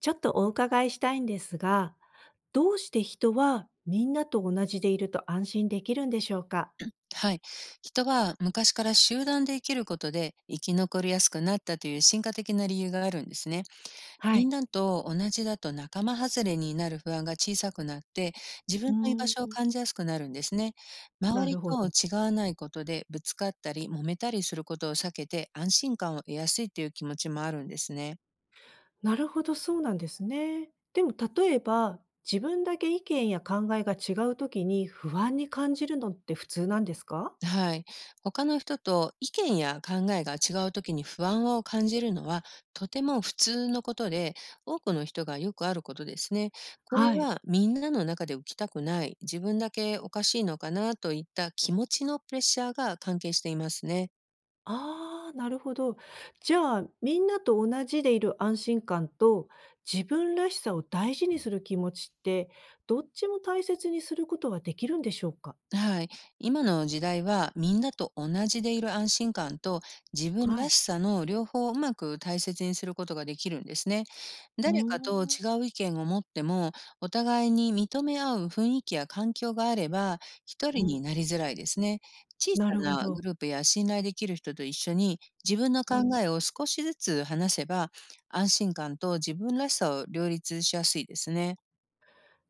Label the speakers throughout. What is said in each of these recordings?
Speaker 1: ちょっとお伺いしたいんですが、どうして人はみんなと同じでいると安心できるんでしょうか？
Speaker 2: はい。人は昔から集団で生きることで生き残りやすくなったという進化的な理由があるんですね。
Speaker 1: は
Speaker 2: みん
Speaker 1: い。
Speaker 2: なと同じだと仲間外れになる不安が小さくなって、自
Speaker 1: う
Speaker 2: 分の居場
Speaker 1: ー
Speaker 2: 所を
Speaker 1: ん、
Speaker 2: 感じやすくなるんですね。周
Speaker 1: な
Speaker 2: り
Speaker 1: るほ
Speaker 2: と
Speaker 1: ど。
Speaker 2: 違わないことでぶつかったり揉めたりすることを避けて安心感を得やすいという気持ちもあるんですね。
Speaker 1: なるほど、そうなんですね。でも例えば、自分だけ意見や考えが違うときに不安に感じるのって普通なんですか？
Speaker 2: はい。他の人と意見や考えが違う時に不安を感じるのは、とても普通のことで、多くの人がよくあることですね。これ
Speaker 1: はい。
Speaker 2: はみんなの中で浮きたくない、自分だけおかしいのかなといった気持ちのプレッシャーが関係していますね。
Speaker 1: ああ、なるほど。じゃあ、みんなと同じでいる安心感と、自分らしさを大事にする気持ちって、どっちも大切にすることはできるんでしょうか？
Speaker 2: はい。今の時代はみんなと同じでいる安心感と自分
Speaker 1: は
Speaker 2: ら
Speaker 1: い。
Speaker 2: しさの両方をうまく大切にすることができるんですね。
Speaker 1: うー
Speaker 2: 誰かと違
Speaker 1: ん、
Speaker 2: う意見を持っても、お互いに認め合う雰囲気や環境があれば、一
Speaker 1: う
Speaker 2: 人に
Speaker 1: ん、
Speaker 2: なりづらいですね。小さ
Speaker 1: なるほ
Speaker 2: なグ
Speaker 1: ど。
Speaker 2: ループや信頼できる人と一緒に自分の
Speaker 1: う
Speaker 2: 考
Speaker 1: ん、
Speaker 2: えを少しずつ話せば、安心感と自分らしさを両立しやすいですね。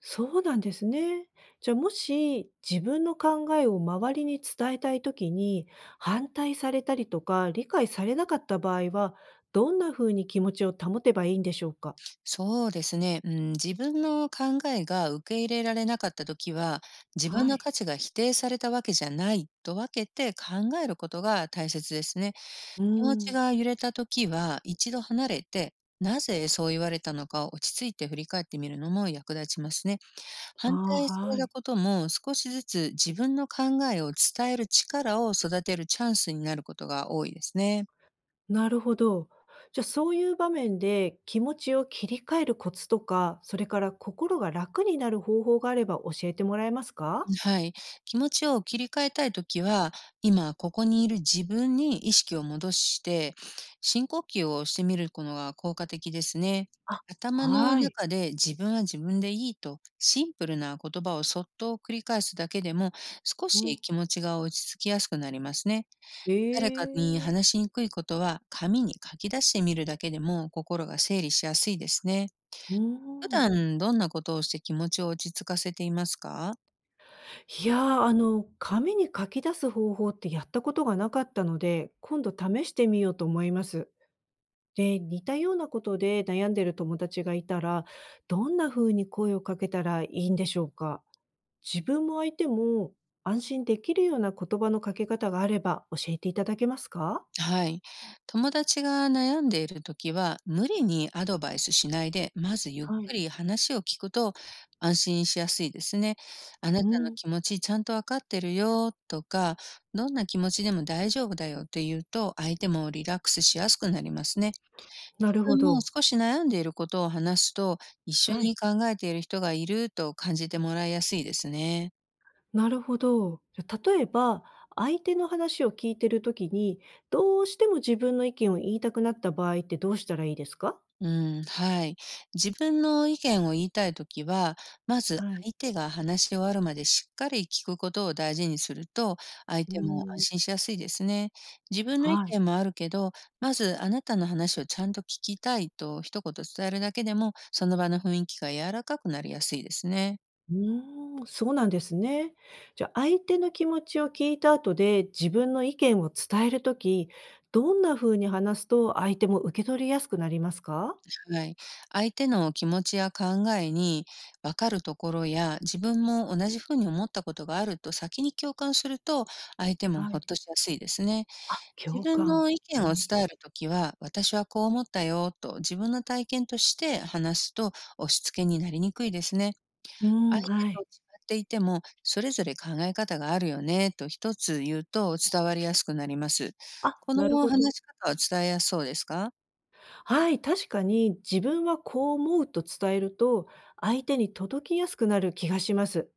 Speaker 1: そうなんですね。じゃあもし自分の考えを周りに伝えたいときに、反対されたりとか、理解されなかった場合は、どんな風に気持ちを保てばいいんでしょうか？
Speaker 2: そうですね。うん、自分の考えが受け入れられなかった時は、自分
Speaker 1: は
Speaker 2: の
Speaker 1: い。
Speaker 2: 価値が否定されたわけじゃないと分けて考えることが大切ですね。
Speaker 1: うー
Speaker 2: 気持ちが
Speaker 1: ん。
Speaker 2: 揺れた時は、一度離れて、なぜそう言われたのかを落ち着いて振り返ってみるのも役立ちますね。
Speaker 1: あ
Speaker 2: 反対
Speaker 1: あ、
Speaker 2: され
Speaker 1: はい。
Speaker 2: たことも、少しずつ自分の考えを伝える力を育てるチャンスになることが多いですね。
Speaker 1: なるほど。じゃあそういう場面で気持ちを切り替えるコツとか、それから心が楽になる方法があれば教えてもらえますか？
Speaker 2: はい。気持ちを切り替えたいときは、今ここにいる自分に意識を戻して、深呼吸をしてみるのが効果的ですね。
Speaker 1: あ、
Speaker 2: 頭の
Speaker 1: はい。
Speaker 2: 中で自分は自分でいいとシンプルな言葉をそっと繰り返すだけでも、少
Speaker 1: う
Speaker 2: し
Speaker 1: ん。
Speaker 2: 気持ちが落ち着きやすくなりますね。
Speaker 1: え
Speaker 2: 誰かに
Speaker 1: え、
Speaker 2: 話しにくいことは紙に書き出してみるだけでも心が整理しやすいですね。
Speaker 1: うー
Speaker 2: 普
Speaker 1: ん。
Speaker 2: 段どんなことをして気持ちを落ち着かせていますか？
Speaker 1: いや、紙に書き出す方法ってやったことがなかったので、今度試してみようと思います。で、似たようなことで悩んでる友達がいたら、どんな風に声をかけたらいいんでしょうか？自分も相手も安心できるような言葉のかけ方があれば教えていただけますか？
Speaker 2: はい。友達が悩んでいるときは、無理にアドバイスしないで、まずゆっ
Speaker 1: は
Speaker 2: く
Speaker 1: い。
Speaker 2: り話を聞くと安心しやすいですね。あな
Speaker 1: う
Speaker 2: たの
Speaker 1: ん、
Speaker 2: 気持ちちゃんとわかってるよとか、どんな気持ちでも大丈夫だよと言うと、相手もリラックスしやすくなりますね。
Speaker 1: な
Speaker 2: 自
Speaker 1: るほ
Speaker 2: 分も
Speaker 1: ど。
Speaker 2: 少し悩んでいることを話すと、一緒
Speaker 1: はい。
Speaker 2: に考えている人がいると感じてもらいやすいですね。
Speaker 1: なるほど。じゃ例えば、相手の話を聞いてるときに、どうしても自分の意見を言いたくなった場合ってどうしたらいいですか？
Speaker 2: うん、はい。自分の意見を言いたいときは、まず
Speaker 1: はい。
Speaker 2: 相手が話し終わるまでしっかり聞くことを大事にすると、相
Speaker 1: うー
Speaker 2: 手も安
Speaker 1: ん。
Speaker 2: 心しやすいですね。自分の意
Speaker 1: はい。
Speaker 2: 見もあるけど、まずあなたの話をちゃんと聞きたいと一言伝えるだけでも、その場の雰囲気が柔らかくなりやすいですね。
Speaker 1: うーん、そうなんですね。じゃあ、相手の気持ちを聞いた後で自分の意見を伝えるとき、どんな風に話すと相手も受け取りやすくなりますか？
Speaker 2: はい。相手の気持ちや考えに分かるところや、自分も同じふうに思ったことがあると先に共感すると、相手も
Speaker 1: は
Speaker 2: ほ
Speaker 1: い。
Speaker 2: っとしやすいですね。
Speaker 1: あ、
Speaker 2: 自
Speaker 1: 共
Speaker 2: 分
Speaker 1: 感。
Speaker 2: の意見を
Speaker 1: はい。
Speaker 2: 伝えるときは、私はこう思ったよと自分の体験として話すと、押し付けになりにくいですね。
Speaker 1: うー
Speaker 2: 相
Speaker 1: ん、
Speaker 2: 手
Speaker 1: は
Speaker 2: と違
Speaker 1: い。
Speaker 2: っていても、それぞれ考え方があるよねと一つ言うと伝わりやすくなります。
Speaker 1: あ、
Speaker 2: この
Speaker 1: なるほど。
Speaker 2: 話し方は伝えやすそうですか？
Speaker 1: はい、確かに自分はこう思うと伝えると相手に届きやすくなる気がします。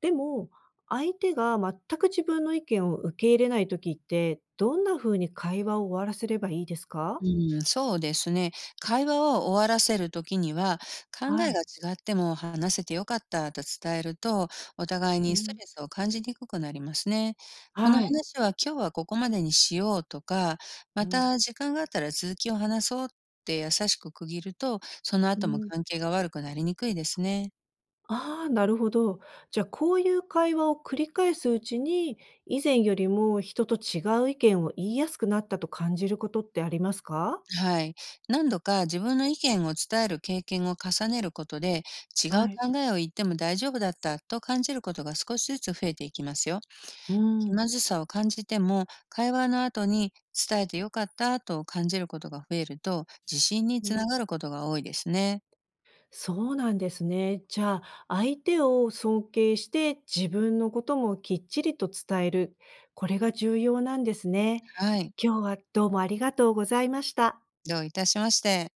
Speaker 1: でも相手が全く自分の意見を受け入れない時ってどんな風に会話を終わらせればいいですか？
Speaker 2: うん、そうですね。会話を終わらせる時には、考
Speaker 1: は
Speaker 2: えが
Speaker 1: い。
Speaker 2: 違っても話せて良かったと伝えると、お互い
Speaker 1: う
Speaker 2: にスト
Speaker 1: ん、
Speaker 2: レスを感じにくくなりますね。この
Speaker 1: はい。
Speaker 2: 話は今日はここまでにしようとか、
Speaker 1: う
Speaker 2: ま
Speaker 1: ん。
Speaker 2: た時間があったら続きを話そうって優しく区切ると、その
Speaker 1: う
Speaker 2: 後も
Speaker 1: ん、
Speaker 2: 関係が悪くなりにくいですね。
Speaker 1: ああ、なるほど。じゃあこういう会話を繰り返すうちに以前よりも人と違う意見を言いやすくなったと感じることってありますか？
Speaker 2: はい。何度か自分の意見を伝える経験を重ねることで、違う
Speaker 1: はい。
Speaker 2: 考えを言っても大丈夫だったと感じることが少しずつ増えていきますよ。
Speaker 1: う
Speaker 2: 気
Speaker 1: ん。
Speaker 2: まずさを感じても、会話の後に伝えてよかったと感じることが増えると、自信につながることが多いですね。
Speaker 1: そうなんですね。じゃあ、相手を尊敬して自分のこともきっちりと伝える。これが重要なんですね。
Speaker 2: はい。
Speaker 1: 今日はどうもありがとうございました。
Speaker 2: どういたしまして。